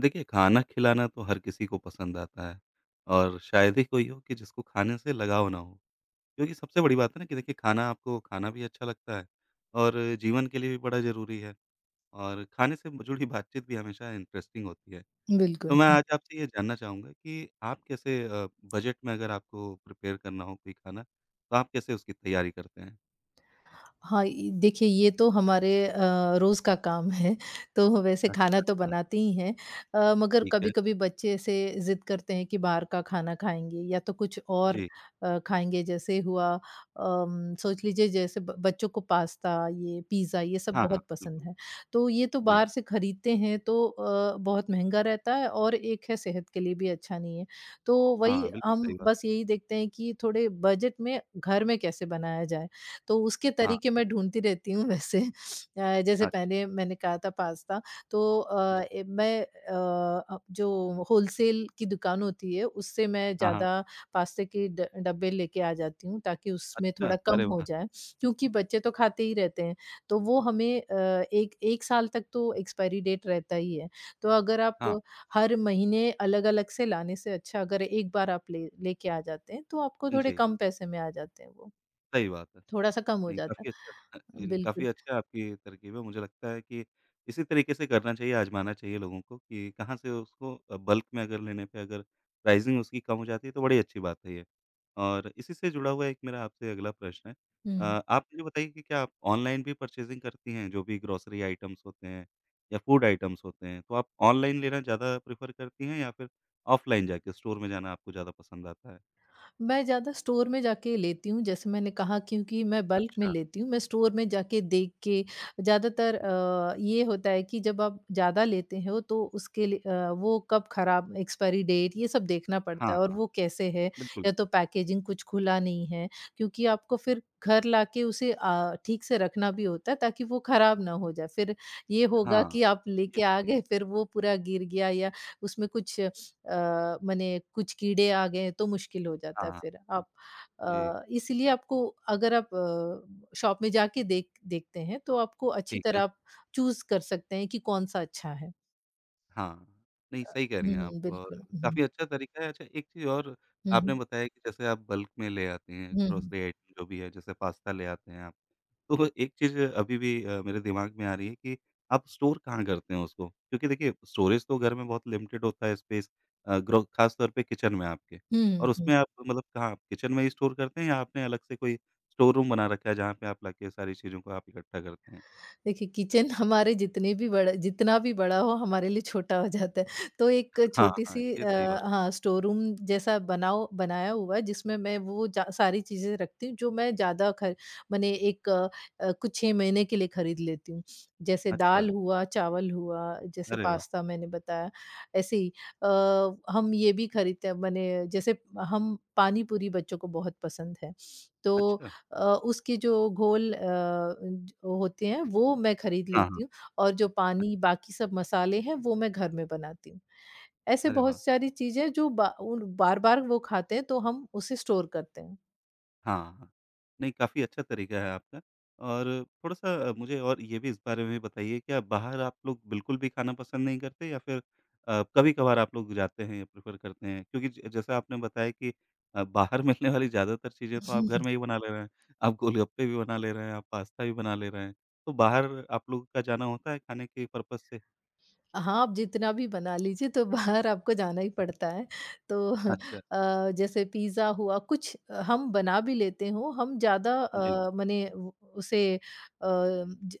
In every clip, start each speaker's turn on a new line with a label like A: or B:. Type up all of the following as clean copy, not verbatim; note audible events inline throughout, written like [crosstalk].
A: देखिए, खाना खिलाना तो हर किसी को पसंद आता है और शायद ही कोई हो कि जिसको खाने से लगाव ना हो। क्योंकि सबसे बड़ी बात है ना कि देखिए खाना आपको खाना भी अच्छा लगता है और जीवन के लिए भी बड़ा ज़रूरी है और खाने से जुड़ी बातचीत भी हमेशा इंटरेस्टिंग होती है। तो
B: बिल्कुल।
A: मैं आज आपसे ये जानना चाहूँगा कि आप कैसे बजट में अगर आपको प्रिपेयर करना हो कोई खाना, तो आप कैसे उसकी तैयारी करते हैं?
B: हाँ, ये देखिए ये तो हमारे रोज़ का काम है, तो वैसे
A: अच्छा।
B: खाना तो बनाते ही हैं। मगर
A: ठीक है।
B: कभी-कभी बच्चे ऐसे ज़िद करते हैं कि बाहर का खाना खाएँगे या तो कुछ और
A: जी।
B: खाएँगे जैसे हुआ सोच लीजिए जैसे ब बच्चों को पास्ता ये पिज़्ज़ा ये सब
A: हाँ, हाँ,
B: बहुत पसंद
A: बिल्कुल।
B: है। तो ये तो
A: जी।
B: बाहर से खरीदते हैं तो बहुत महँगा रहता है और एक है सेहत के लिए भी अच्छा नहीं है। तो वही
A: हाँ, बिल्कुल
B: हम
A: सही बात।
B: बस यही देखते हैं कि थोड़े बजट में घर में कैसे बनाया जाए? तो उसके
A: हाँ।
B: तरीके मैं ढूँढती रहती हूँ वैसे। जैसे
A: अच्छा।
B: पहले मैंने कहा था पास्ता तो
A: जी।
B: अब जो होलसेल की दुकान होती है उससे मैं
A: हाँ, हाँ।
B: ज़्यादा पास्ते के ड डब्बे लेके आ जाती हूँ ताकि उसमें
A: अच्छा,
B: थोड़ा कम
A: अरे
B: हो
A: वाह!
B: जाए। क्योंकि बच्चे तो खाते ही रहते हैं, तो वो हमें एक 1 साल तक तो एक्सपायरी डेट रहता ही है। तो अगर आप
A: हाँ।
B: हर महीने अलग-अलग से लाने से अच्छा अगर एक बार आप ले लेके आ जाते हैं तो आपको थोड़े
A: जी,
B: कम पैसे में आ जाते हैं वो।
A: सही बात है।
B: थोड़ा-सा कम हो
A: नहीं,
B: जाता।
A: काफ़ी अच्छा। [laughs] जी, जी,
B: बिल्कुल।
A: काफ़ी अच्छा आपकी तरकीब है। मुझे लगता है कि इसी तरीके से करना चाहिए, आज़माना चाहिए लोगों को कि कहाँ से उसको बल्क में अगर लेने पे अगर प्राइसिंग उसकी कम हो जाती है, तो बड़ी अच्छी बात है ये। और इसी से जुड़ा हुआ एक मेरा आपसे अगला प्रश्न है। अ,
B: हुँ।
A: आप मुझे बताइए कि क्या आप ऑनलाइन भी परचेज़िंग करती हैं? जो भी ग्रोसरी आइटम्स होते हैं या फूड आइटम्स होते हैं, तो आप ऑनलाइन लेना ज़्यादा प्रेफ़र करती हैं या फिर ऑफ़लाइन जाके स्टोर में जाना आपको ज़्यादा पसंद आता है?
B: मैं ज़्यादा स्टोर में जाके लेती हूँ, जैसे मैंने कहा क्योंकि मैं बल्क में
A: अच्छा।
B: लेती हूँ, मैं स्टोर में जाके देख के ज़्यादातर
A: जी।
B: ये होता है कि जब आप ज़्यादा लेते हो तो उसके लिए वो कब खराब एक्सपायरी डेट ये सब देखना पड़ता
A: हाँ,
B: है और
A: हाँ,
B: वो कैसे है
A: बिल्कुल।
B: या तो पैकेजिंग कुछ खुला नहीं है, क्योंकि आपको फिर घर लाके उसे ठीक से रखना भी होता है ताकि वो खराब ना हो जाए। फिर ये होगा
A: हाँ,
B: कि आप
A: ये
B: लेके आ
A: सही है।
B: गए फिर वो पूरा गिर गया या उसमें कुछ मने कुछ कीड़े आ गए तो मुश्किल हो
A: हाँ,
B: जाता है
A: हाँ।
B: फिर
A: हुँ,
B: आप
A: जी,
B: इसलिए आपको अगर आप शॉप में जाके देखते हैं तो आपको अच्छी
A: ठीक
B: तरह
A: है।
B: आप चूज़ कर सकते हैं कि कौन-सा अच्छा है।
A: हाँ, नहीं सही कह रही
B: हुँ,
A: हैं आप
B: हुँ,
A: और
B: बिल्कुल। हुँ,
A: काफ़ी अच्छा तरीका है। अच्छा एक चीज़ और
B: हुँ, हुँ,
A: आपने बताया कि जैसे आप बल्क में ले आती हैं
B: हुँ, हुँ, हुँ,
A: ग्रोसरी आइटम जो भी है, जैसे पास्ता ले आते हैं आप। तो एक चीज़ अभी भी मेरे दिमाग में आ रही है कि आप स्टोर कहाँ करते हैं उसको? क्योंकि देखिए स्टोरेज तो घर में बहुत लिमिटेड होता है स्पेस अ, ग्रो ख़ास तौर पे किचन में आपके।
B: हुँ, हुँ,
A: और
B: हुँ।
A: उसमें आप मतलब कहाँ किचन में ही स्टोर करते हैं या आपने अलग से कोई स्टोर रूम बना रखा है जहाँ पे आप लाके सारी चीज़ों को आप इकट्ठा करते हैं?
B: देखिए किचन [laughs] हमारे जितने भी बड़ा जितना भी बड़ा हो हमारे लिए छोटा हो जाता है तो एक
A: हाँ,
B: छोटी
A: हाँ,
B: सी
A: ये सही बात।
B: हाँ स्टोर रूम जैसा बनाओ बनाया हुआ है जिसमें मैं सारी चीज़ें रखती हूँ जो मैं ज़्यादा खर मैंने एक कुछ छः महीने के लिए खरीद लेती हूँ जैसे
A: अच्छा,
B: दाल हुआ चावल हुआ जैसे
A: अरे वाह!
B: पास्ता मैंने बताया ऐसे ही हम ये भी खरीदते हैं मैंने जैसे हम पानी पूरी बच्चों को बहुत पसंद है तो
A: अच्छा,
B: उसके जो घोल अ, ज होते हैं वो मैं खरीद
A: हाँ, हाँ,
B: लेती हूँ और जो
A: अच
B: पानी बाकी सब मसाले हैं वो मैं घर में बनाती हूँ। ऐसे
A: अरे
B: बहुत
A: वाह!
B: सारी चीज़ें जो बा उन बार-बार वो खाते हैं तो हम उसे स्टोर करते हैं।
A: हाँ, हाँ। नहीं, काफ़ी अच्छा तरीका है आपका और थोड़ा-सा मुझे और ये भी इस बारे में बताइए, क्या बाहर आप लोग बिल्कुल भी खाना पसंद नहीं करते या फिर कभी-कभार आप लोग जाते हैं या प्रेफ़र करते हैं? क्योंकि ज जैसा आपने बताया कि बाहर मिलने वाली ज़्यादातर चीज़ें तो आप घर में ही
B: [laughs]
A: बना ले रहे हैं। आप गोलगप्पे भी बना ले रहे हैं, आप पास्ता भी बना ले रहे हैं। तो बाहर आप लोग का जाना होता है खाने के पर्पज़ से?
B: हाँ, आप जितना भी बना लीजिए तो बाहर आपको जाना ही पड़ता है। तो [laughs]
A: अच्छा।
B: जैसे पिज़्ज़ा हुआ कुछ हम बना भी लेते हों, हम ज़्यादा
A: जी।
B: अ, मने उ उसे अ, ज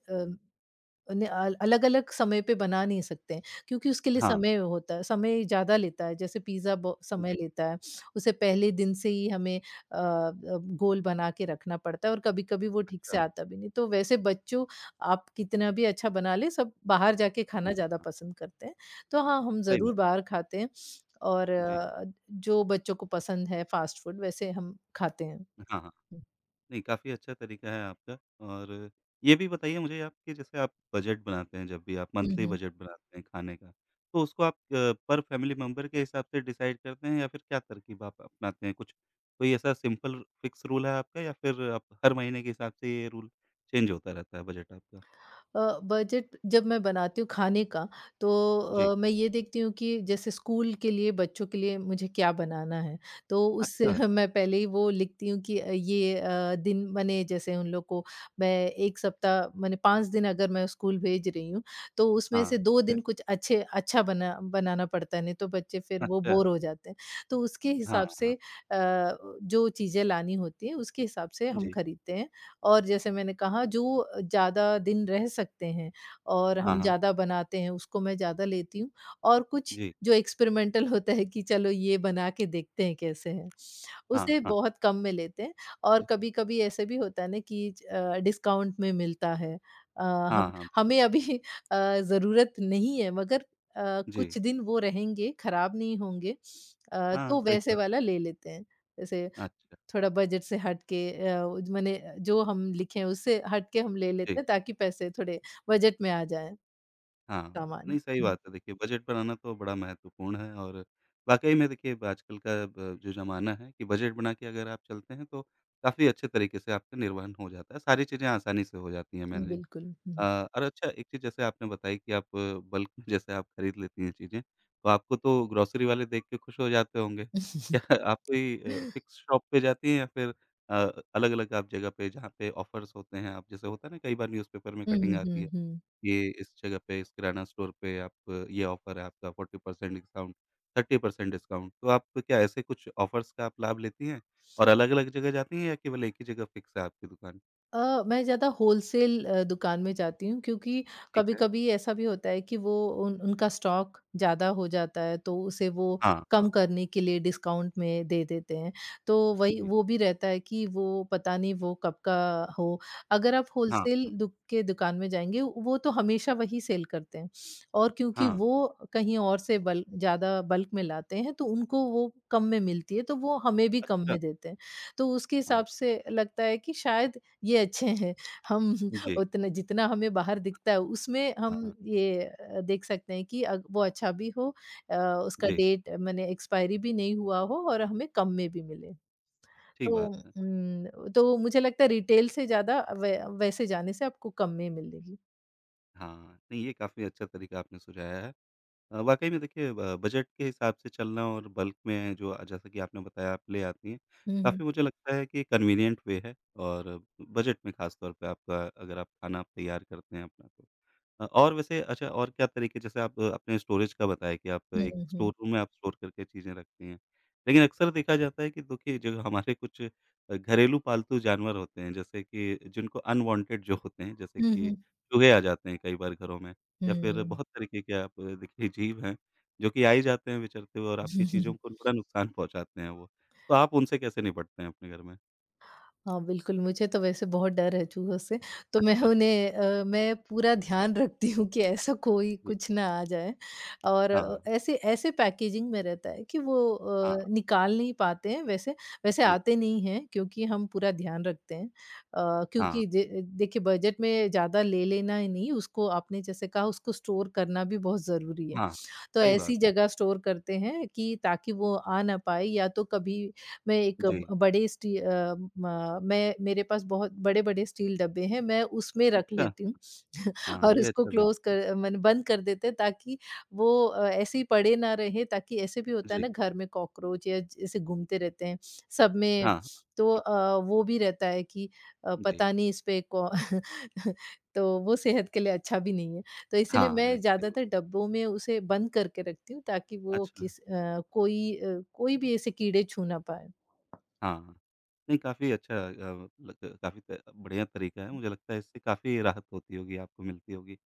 B: अ ने अल अलग-अलग समय पे बना नहीं सकते हैं, क्योंकि उसके लिए
A: हाँ,
B: समय होता है, समय ज़्यादा लेता है, जैसे पिज़्ज़ा ब समय
A: जी।
B: लेता है, उसे पहले दिन से ही हमें गोल बना के रखना पड़ता है और कभी-कभी वो ठीक
A: अच्छा,
B: से
A: हाँ।
B: आता भी नहीं। तो वैसे बच्चों आप कितना भी अच्छा बना लें, सब बाहर जाके खाना ज़्यादा पसंद करते हैं। तो हाँ, हम
A: सही
B: ज़रूर
A: बात।
B: बाहर खाते हैं और
A: जी।
B: जो बच्चों को पसंद है फ़ास्ट फ़ूड, वैसे हम खाते हैं।
A: हाँ, हाँ। नहीं काफ़ी अच्छा तरीका है आपका और ये भी बताइए मुझे आप कि जैसे आप बजट बनाते हैं जब भी आप
B: हुँ,
A: मंथली
B: हुँ।
A: बजट बनाते हैं खाने का, तो उसको आप पर फैमिली मेंबर के हिसाब से डिसाइड करते हैं या फिर क्या तरकीब आप अपनाते हैं? कुछ कोई ऐसा सिंपल फिक्स रूल है आपका या फिर आप हर महीने के हिसाब से ये रूल चेंज होता रहता है बजट आपका?
B: बजट जब मैं बनाती हूँ खाने का तो
A: जी।
B: मैं ये देखती हूँ कि जैसे स्कूल के लिए बच्चों के लिए मुझे क्या बनाना है तो उससे
A: अच्छा।
B: [laughs] मैं पहले ही वो लिखती हूँ कि दिन मैंने जैसे उन लोग को मैं एक सप्ताह मैंने पाँच दिन अगर मैं स्कूल भेज रही हूँ तो उसमें
A: हाँ,
B: से दो
A: ठीक है।
B: दिन कुछ अच्छे अच्छा बनाना पड़ता है नहीं तो बच्चे फिर वो
A: अच्छा।
B: बोर हो जाते हैं तो उसके
A: हाँ,
B: हिसाब से
A: हाँ।
B: जो चीज़ें लानी होती हैं उसके हिसाब से हम
A: जी।
B: खरीदते हैं और जैसे मैंने कहा जो ज़्यादा दिन रह सकते हैं और
A: हाँ,
B: हम
A: हाँ।
B: ज़्यादा बनाते हैं उसको मैं ज़्यादा लेती हूँ और कुछ
A: जी।
B: जो एक्सपेरिमेंटल होता है कि चलो ये बना के देखते हैं कैसे है,
A: हाँ,
B: उसे
A: हाँ।
B: बहुत कम में लेते हैं और
A: जी।
B: कभी-कभी ऐसे भी होता है ना कि डिस्काउंट में मिलता है। हम
A: हाँ, हाँ।
B: हमें अभी [laughs] ज़रूरत नहीं है मगर
A: जी।
B: कुछ दिन वो रहेंगे, खराब नहीं होंगे
A: हाँ,
B: तो
A: सही
B: वैसे
A: बात।
B: वाला ले लेते हैं। जैसे
A: अच्छा।
B: थोड़ा बजट से हट के अ, उज मने जो हम लिखे हैं उससे हट के हम ले
A: जी।
B: लेते हैं ताकि पैसे थोड़े बजट में आ जाएँ
A: हाँ,
B: सामान।
A: नहीं सही बात है देखिए बजट बनाना तो बड़ा महत्वपूर्ण है और वाक़ई में देखिए आजकल का ब जो ज़माना है कि बजट बना के अगर आप चलते हैं तो काफ़ी अच्छे तरीके से आपका निर्वहन हो जाता है, सारी चीज़ें आसानी से हो जाती हैं
B: हुँ,
A: मैनेज।
B: बिल्कुल।
A: अ,
B: हुँ।
A: और अच्छा एक चीज़ जैसे आपने बताई कि आप बल्क में जैसे आप खरीद लेती हैं चीज़ें, तो आपको तो ग्रोसरी वाले देख के खुश हो जाते होंगे। क्या [laughs] आप कोई फिक्स शॉप पे जाती हैं या फिर अ, अलग-अलग आप जगह पे जहाँ पे ऑफर्स होते हैं आप जैसे होता है ना कई बार न्यूज़पेपर में
B: हुँ,
A: कटिंग
B: हुँ,
A: आती
B: हुँ,
A: है।
B: हुँ। [laughs]
A: ये इस जगह पे, इस किराना स्टोर पे आप ये ऑफर है आपका 40% डिस्काउंट, 30% डिस्काउंट। तो आप क्या ऐसे कुछ ऑफर्स का आप लाभ लेती हैं? और अलग-अलग जगह जाती हैं या केवल एक ही जगह फिक्स है आपकी दुकान?
B: मैं ज़्यादा होलसेल दुकान में जाती हूँ क्योंकि
A: ठीक है।
B: कभी-कभी ऐसा भी होता है कि वो उन उनका स्टॉक ज़्यादा हो जाता है, तो उसे वो
A: हाँ,
B: कम
A: हाँ।
B: करने के लिए डिस्काउंट में दे देते हैं। तो वही
A: जी।
B: वो भी रहता है कि वो पता नहीं वो कब का हो। अगर आप
A: हाँ,
B: होलसेल दुकान में जाएँगे, वो तो हमेशा वही सेल करते हैं और क्योंकि
A: हाँ।
B: वो कहीं और से बल ज़्यादा बल्क में लाते हैं, तो उनको वो कम में मिलती है, तो वो हमें भी कम
A: अच्छा।
B: में देते हैं। तो उसके
A: हाँ।
B: हिसाब से लगता है कि शायद ये अच्छे हैं। हम [laughs]
A: जी।
B: उतना जितना हमें बाहर दिखता है उसमें
A: हाँ,
B: हम
A: हाँ।
B: ये देख सकते हैं कि अग वो अच्छा भी हो अ, उसका
A: जी,
B: डेट माने एक्सपायरी भी नहीं हुआ हो और हमें कम में भी मिले।
A: ठीक
B: तो
A: बात है।
B: तो मुझे लगता है रिटेल से ज़्यादा वै वैसे जाने से आपको कम में मिलेगी।
A: हाँ, नहीं ये काफ़ी अच्छा तरीका आपने सुझाया है। वाक़ई में देखिए ब बजट के हिसाब से चलना और बल्क में जो जैसा कि आपने बताया आप ले आती हैं,
B: हुँ, हुँ।
A: काफ़ी मुझे लगता है कि कन्वीनिएंट वे है और बजट में ख़ास तौर पे आपका अगर आप खाना तैयार करते हैं अपना तो। और वैसे अच्छा और क्या तरीके जैसे आप अपने स्टोरेज का बताया कि आप
B: हुँ,
A: एक
B: हुँ।
A: स्टोर रूम में आप स्टोर करके चीज़ें रखती हैं। लेकिन अक्सर देखा जाता है कि देखिए जो हमारे कुछ घरेलू पालतू जानवर होते हैं जैसे कि जिनको अनवांटेड जो होते हैं जैसे
B: हुँ,
A: कि
B: हुँ।
A: चूहे आ जाते हैं कई बार घरों में या फिर
B: हुँ।
A: बहुत तरीके के आप देखिए जीव हैं, जो कि आ ही जाते हैं विचरते हुए और आपकी चीज़ों
B: [laughs]
A: को बड़ा नुकसान पहुँचाते हैं वो। तो आप उनसे कैसे निपटते हैं अपने घर में?
B: हाँ, बिल्कुल, मुझे तो वैसे बहुत डर है चूहों से, तो मैं
A: अच्छा।
B: उन्हें मैं पूरा ध्यान रखती हूँ कि ऐसा कोई
A: जी।
B: कुछ ना आ जाए और
A: हाँ,
B: ऐसे ऐसे पैकेजिंग में रहता है कि वो
A: हाँ,
B: निकाल नहीं पाते हैं वैसे, वैसे
A: जी।
B: आते नहीं हैं क्योंकि हम पूरा ध्यान रखते हैं।
A: हाँ,
B: क्योंकि दे देखिए बजट में ज़्यादा ले लेना ही नहीं, उसको आपने जैसे कहा उसको स्टोर करना भी बहुत ज़रूरी है।
A: हाँ।
B: तो
A: सही
B: ऐसी
A: बात है।
B: जगह स्टोर करते हैं कि ताकि वो आ ना पाए या तो कभी मैं एक ब
A: जी।
B: बड़े स्टी अ, म मैं मेरे पास बहुत बड़े-बड़े स्टील डब्बे हैं, मैं उसमें रख
A: अच्छा।
B: लेती हूँ [laughs]
A: हाँ,
B: और
A: ये
B: उसको
A: अच्छा तरी
B: क्लोज़ कर मैंने बंद कर देते हैं ताकि वो ऐसे ही पड़े ना रहें ताकि ऐसे भी होता है
A: जी।
B: ना घर में कॉकरोच ऐसे घूमते रहते हैं सब में,
A: हाँ,
B: तो वो भी रहता है कि
A: जी।
B: पता नहीं इस पे कौ [laughs] तो वो सेहत के लिए अच्छा भी नहीं है। तो इसीलिए
A: हाँ, नहीं
B: मैं
A: सही बात।
B: ज़्यादातर डब्बों में उसे बंद करके रखती हूँ ताकि वो
A: अच्छा।
B: किस अ, कोई भी ऐसे कीड़े छू ना पाए।
A: हाँ। नहीं काफ़ी अच्छा अ, लग काफ़ी त बढ़िया तरीका है, मुझे लगता है इससे काफ़ी राहत होती होगी, आपको मिलती होगी।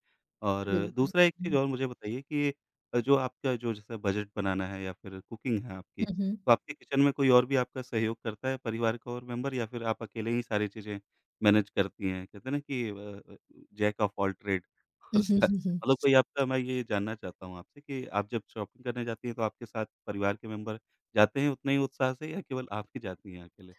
A: और
B: बिल्कुल।
A: दूसरा एक चीज़ और मुझे बताइए कि जो आपका जो जैसे बजट बनाना है या फिर कुकिंग है आपकी,
B: हुँ, हुँ,
A: तो आपके किचन में कोई और भी आपका सहयोग करता है परिवार का और मेंबर या फिर आप अकेले ही सारी चीज़ें मैनेज करती हैं? कहते हैं ना कि जैक ऑफ ऑल ट्रेड। [laughs] और सा
B: हुँ। [laughs]
A: मतलब कोई आपका मैं ये जानना चाहता हूँ आपसे कि आप जब शॉपिंग करने जाती हैं, तो आपके साथ परिवार के मेंबर जाते हैं उतने ही उत्साह से या केवल आप ही जाती हैं अकेले?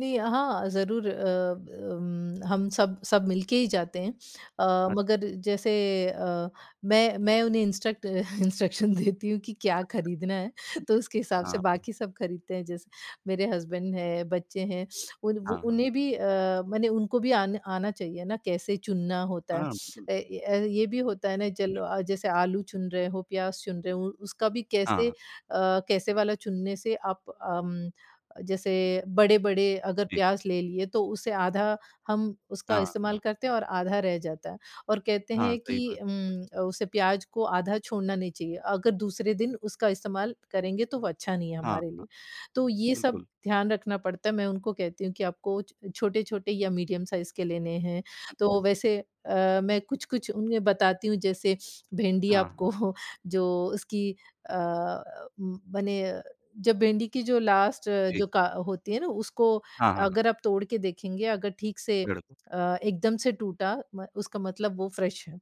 B: नहीं, हाँ, ज़रूर हम सब सब मिलके ही जाते हैं। अ,
A: अच्छा
B: मगर जैसे अ, मैं उन्हें इंस्ट्रक्ट [laughs] इंस्ट्रक्शन देती हूँ कि क्या खरीदना है, तो
A: जी,
B: उसके हिसाब से
A: हाँ,
B: बाकी सब खरीदते हैं। जैसे मेरे हस्बैंड हैं, बच्चे हैं, उन वो
A: हाँ, हाँ।
B: उन्हें भी माने उनको भी आन आना चाहिए ना, कैसे चुनना होता है।
A: हाँ, बिल्कुल।
B: ये भी होता है ना, चलो जैसे आलू चुन रहे हो, प्याज़ चुन रहे हो, उसका भी कैसे
A: हाँ,
B: कैसे वाला चुनने से आप अम जैसे बड़े-बड़े अगर
A: जी।
B: प्याज ले लिए तो उसे आधा हम उसका
A: हाँ,
B: इस्तेमाल
A: हाँ,
B: करते हैं और आधा रह जाता है और कहते
A: हाँ,
B: हैं
A: सही
B: कि
A: बात।
B: उसे प्याज को आधा छोड़ना नहीं चाहिए। अगर दूसरे दिन उसका इस्तेमाल करेंगे तो वो अच्छा नहीं है
A: हाँ,
B: हमारे लिए।
A: हाँ,
B: तो ये सब
A: बिल्कुल।
B: ध्यान रखना पड़ता है। मैं उनको कहती हूँ कि आपको छ छोटे-छोटे या मीडियम साइज़ के लेने हैं।
A: अच्छा,
B: तो वैसे मैं कुछ-कुछ उन्हें बताती हूँ जैसे भिंडी
A: हाँ, हाँ,
B: आपको [laughs] जो उसकी अ, उम, बने जब भिंडी की जो लास्ट
A: जी।
B: जो का होती है ना उसको
A: हाँ, हाँ, हाँ,
B: अगर आप तोड़ के देखेंगे अगर ठीक से
A: पेड़ को।
B: एकदम से टूटा म उसका मतलब वो फ्रेश है।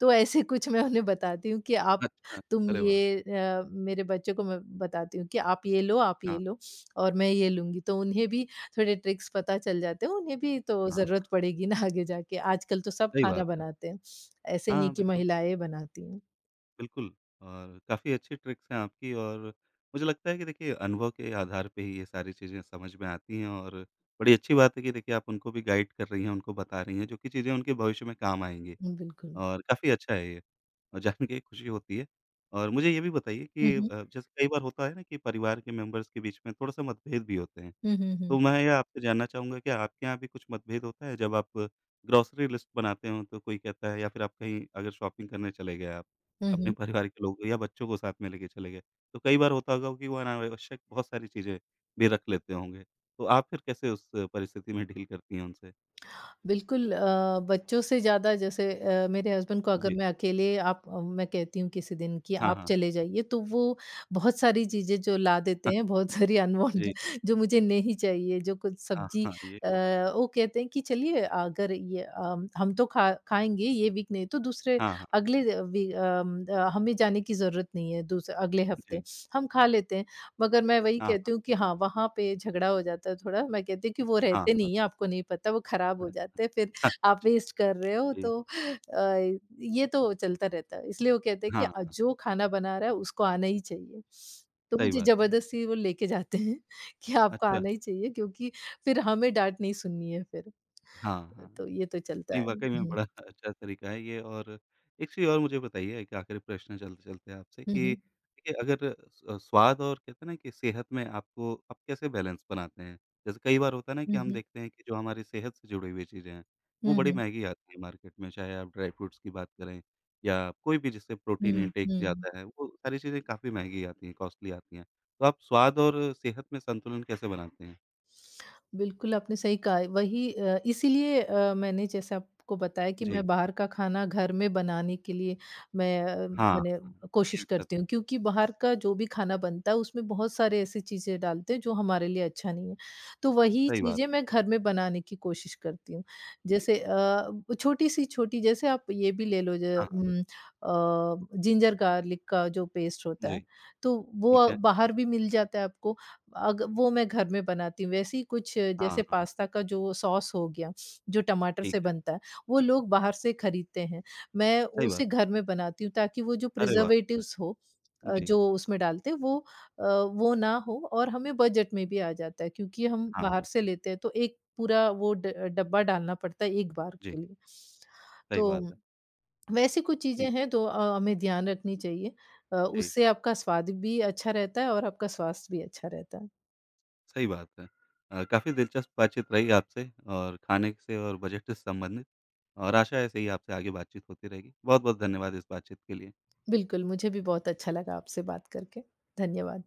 B: तो ऐसे कुछ मैं उन्हें बताती हूँ कि आप
A: अच्छा,
B: तुम
A: अरे वाह!
B: ये अ, मेरे बच्चों को मैं बताती हूँ कि आप ये
A: हाँ,
B: लो और मैं ये लूँगी। तो उन्हें भी थोड़े ट्रिक्स पता चल जाते हैं, उन्हें भी तो
A: हाँ,
B: ज़रूरत पड़ेगी ना आगे जाके। आजकल तो सब
A: सही
B: खाना
A: बात है।
B: बनाते हैं, ऐसे नहीं
A: हाँ,
B: कि
A: बिल्कुल,
B: महिलाएँ बनाती हैं।
A: बिल्कुल और काफ़ी अच्छी ट्रिक्स हैं आपकी और मुझे लगता है कि देखिए अनुभव के आधार पे ही ये सारी चीज़ें समझ में आती हैं और बड़ी अच्छी बात है कि देखिए आप उनको भी गाइड कर रही हैं, उनको बता रही हैं, जो कि चीज़ें उनके भविष्य में काम आएँगी।
B: हुँ, बिल्कुल।
A: और काफ़ी अच्छा है ये, और जान के खुशी होती है। और मुझे ये भी बताइए
B: हुँ,
A: कि
B: हुँ।
A: जैसे कई बार होता है ना कि परिवार के मेंबर्स के बीच में थोड़ा-सा मतभेद भी होते हैं,
B: हुँ, हुँ, हुँ।
A: तो मैं ये आपसे जानना चाहूँगा कि आपके यहाँ भी कुछ मतभेद होता है? जब आप ग्रोसरी लिस्ट बनाते हो तो कोई कहता है या फिर आप कहीं अगर शॉपिंग करने चले गए आप,
B: हुँ,
A: अपने
B: हुँ।
A: परिवार के लोग या बच्चों को साथ में लेके चले गए, तो कई बार होता होगा कि वो अनावश्यक बहुत सारी चीज़ें भी रख लेते होंगे, तो आप फिर कैसे उस परिस्थिति में डील करती हैं उनसे?
B: बिल्कुल बच्चों से ज़्यादा जैसे मेरे हस्बैंड को अगर
A: जी।
B: मैं मैं कहती हूँ किसी दिन कि
A: हाँ,
B: आप
A: हाँ।
B: चले जाइए तो वो बहुत सारी चीज़ें जो ला देते
A: हाँ,
B: हैं, बहुत सारी अनवांटेड
A: जी।
B: [laughs] जो मुझे नहीं चाहिए, जो कुछ
A: हाँ,
B: सब्ज़ी
A: हाँ, ये
B: अ,
A: हो
B: वो कहते हैं कि चलिए अगर ये हम तो खा खाएँगे ये वीक नहीं तो दूसरे
A: हाँ, हाँ।
B: अगले वी अम, अ, हमें जाने की ज़रूरत नहीं है दूसरे अगले हफ्ते,
A: जी।
B: हम खा लेते हैं। मगर मैं वही
A: हाँ,
B: कहती हूँ कि हाँ, वहाँ पे झगड़ा हो जाता है थोड़ा। मैं कहती हूँ कि वो
A: हाँ,
B: रहते
A: हाँ,
B: नहीं है, आपको नहीं पता, वो खराब हो जाते हैं, फिर
A: हाँ,
B: आप वेस्ट कर रहे हो
A: जी।
B: तो ये तो चलता रहता है। इसलिए वो कहते हैं कि
A: हाँ,
B: जो खाना बना रहा है उसको आना ही चाहिए। तो
A: सही
B: मुझे
A: बात है।
B: ज़बरदस्ती वो लेके जाते हैं [laughs] कि आपको
A: अच्छा।
B: आना ही चाहिए क्योंकि फिर हमें डाँट नहीं सुननी है फिर।
A: हाँ, हाँ।
B: तो ये तो चलता
A: नहीं,
B: है।
A: वाक़ई में
B: हुँ,
A: बड़ा [laughs] अच्छा तरीका है ये और एक चीज़ और मुझे बताइए एक आखिरी प्रश्न चलते-चलते आपसे
B: हुँ,
A: कि
B: हुँ,
A: देखिए अगर स्वाद और कहते हैं ना कि सेहत में आपको आप कैसे बैलेंस बनाते हैं? जैसे कई बार होता है ना कि
B: हुँ,
A: हम
B: हुँ,
A: देखते हैं कि जो हमारी सेहत से जुड़ी हुई चीज़ें हैं, वो
B: हुँ,
A: बड़ी
B: हुँ,
A: महँगी आती हैं मार्केट में, चाहे आप ड्राई फ्रूट्स की बात करें या कोई भी जिससे प्रोटीन
B: हुँ,
A: इंटेक
B: हुँ।
A: जाता है, वो सारी चीज़ें काफ़ी महँगी आती हैं, कॉस्टली आती हैं। तो आप स्वाद और सेहत में संतुलन कैसे बनाते हैं?
B: बिल्कुल, आपने सही कहा। वही इसीलिए मैंने जैसे आपको बताया कि
A: जी,
B: मैं बाहर का खाना घर में बनाने के लिए मैं अ,
A: हाँ,
B: मैंने
A: हाँ, ये
B: कोशिश
A: अच्छा
B: करती हूँ
A: तरीका है,
B: क्योंकि बाहर का जो भी खाना बनता है, उसमें बहुत सारे ऐसी चीज़ें डालते हैं जो हमारे लिए अच्छा नहीं है। तो वही
A: सही बात।
B: चीज़ें मैं घर में बनाने की कोशिश करती हूँ।
A: जी,
B: जैसे छोटी जैसे आप ये भी ले लो
A: हाँ, हाँ,
B: जिंजर गार्लिक का जो पेस्ट होता
A: जी।
B: है, तो
A: ठीक
B: वो
A: है।
B: बाहर भी मिल जाता है आपको अग वो मैं घर में बनाती हूँ। वैसे ही कुछ
A: हाँ,
B: जैसे
A: हाँ, हाँ,
B: पास्ता का जो सॉस हो गया, जो टमाटर
A: ठीक
B: से
A: है,
B: बनता है, वो लोग बाहर से खरीदते हैं। मैं
A: सही बात।
B: उसे घर में बनाती हूँ ताकि वो जो
A: अरे वाह! अ,
B: प्रिज़र्वेटिव्स हो
A: जी,
B: जो उसमें डालते हैं वो ना हो और हमें बजट में भी आ जाता है क्योंकि हम
A: हाँ,
B: बाहर
A: हाँ,
B: से लेते हैं तो एक पूरा वो ड डब्बा डालना पड़ता है एक बार
A: जी,
B: के लिए।
A: सही
B: तो
A: बात है।
B: वैसी कुछ
A: जी,
B: चीज़ें हैं तो हमें ध्यान रखनी चाहिए।
A: जी,
B: उससे आपका स्वाद भी अच्छा रहता है और आपका स्वास्थ्य भी अच्छा रहता है।
A: सही बात है। काफ़ी दिलचस्प बातचीत रही आपसे और खाने से और बजट से संबंधित और आशा है ऐसे ही आपसे आगे बातचीत होती रहेगी। बहुत-बहुत धन्यवाद इस बातचीत के लिए।
B: बिल्कुल, मुझे भी बहुत अच्छा लगा आपसे बात करके। धन्यवाद।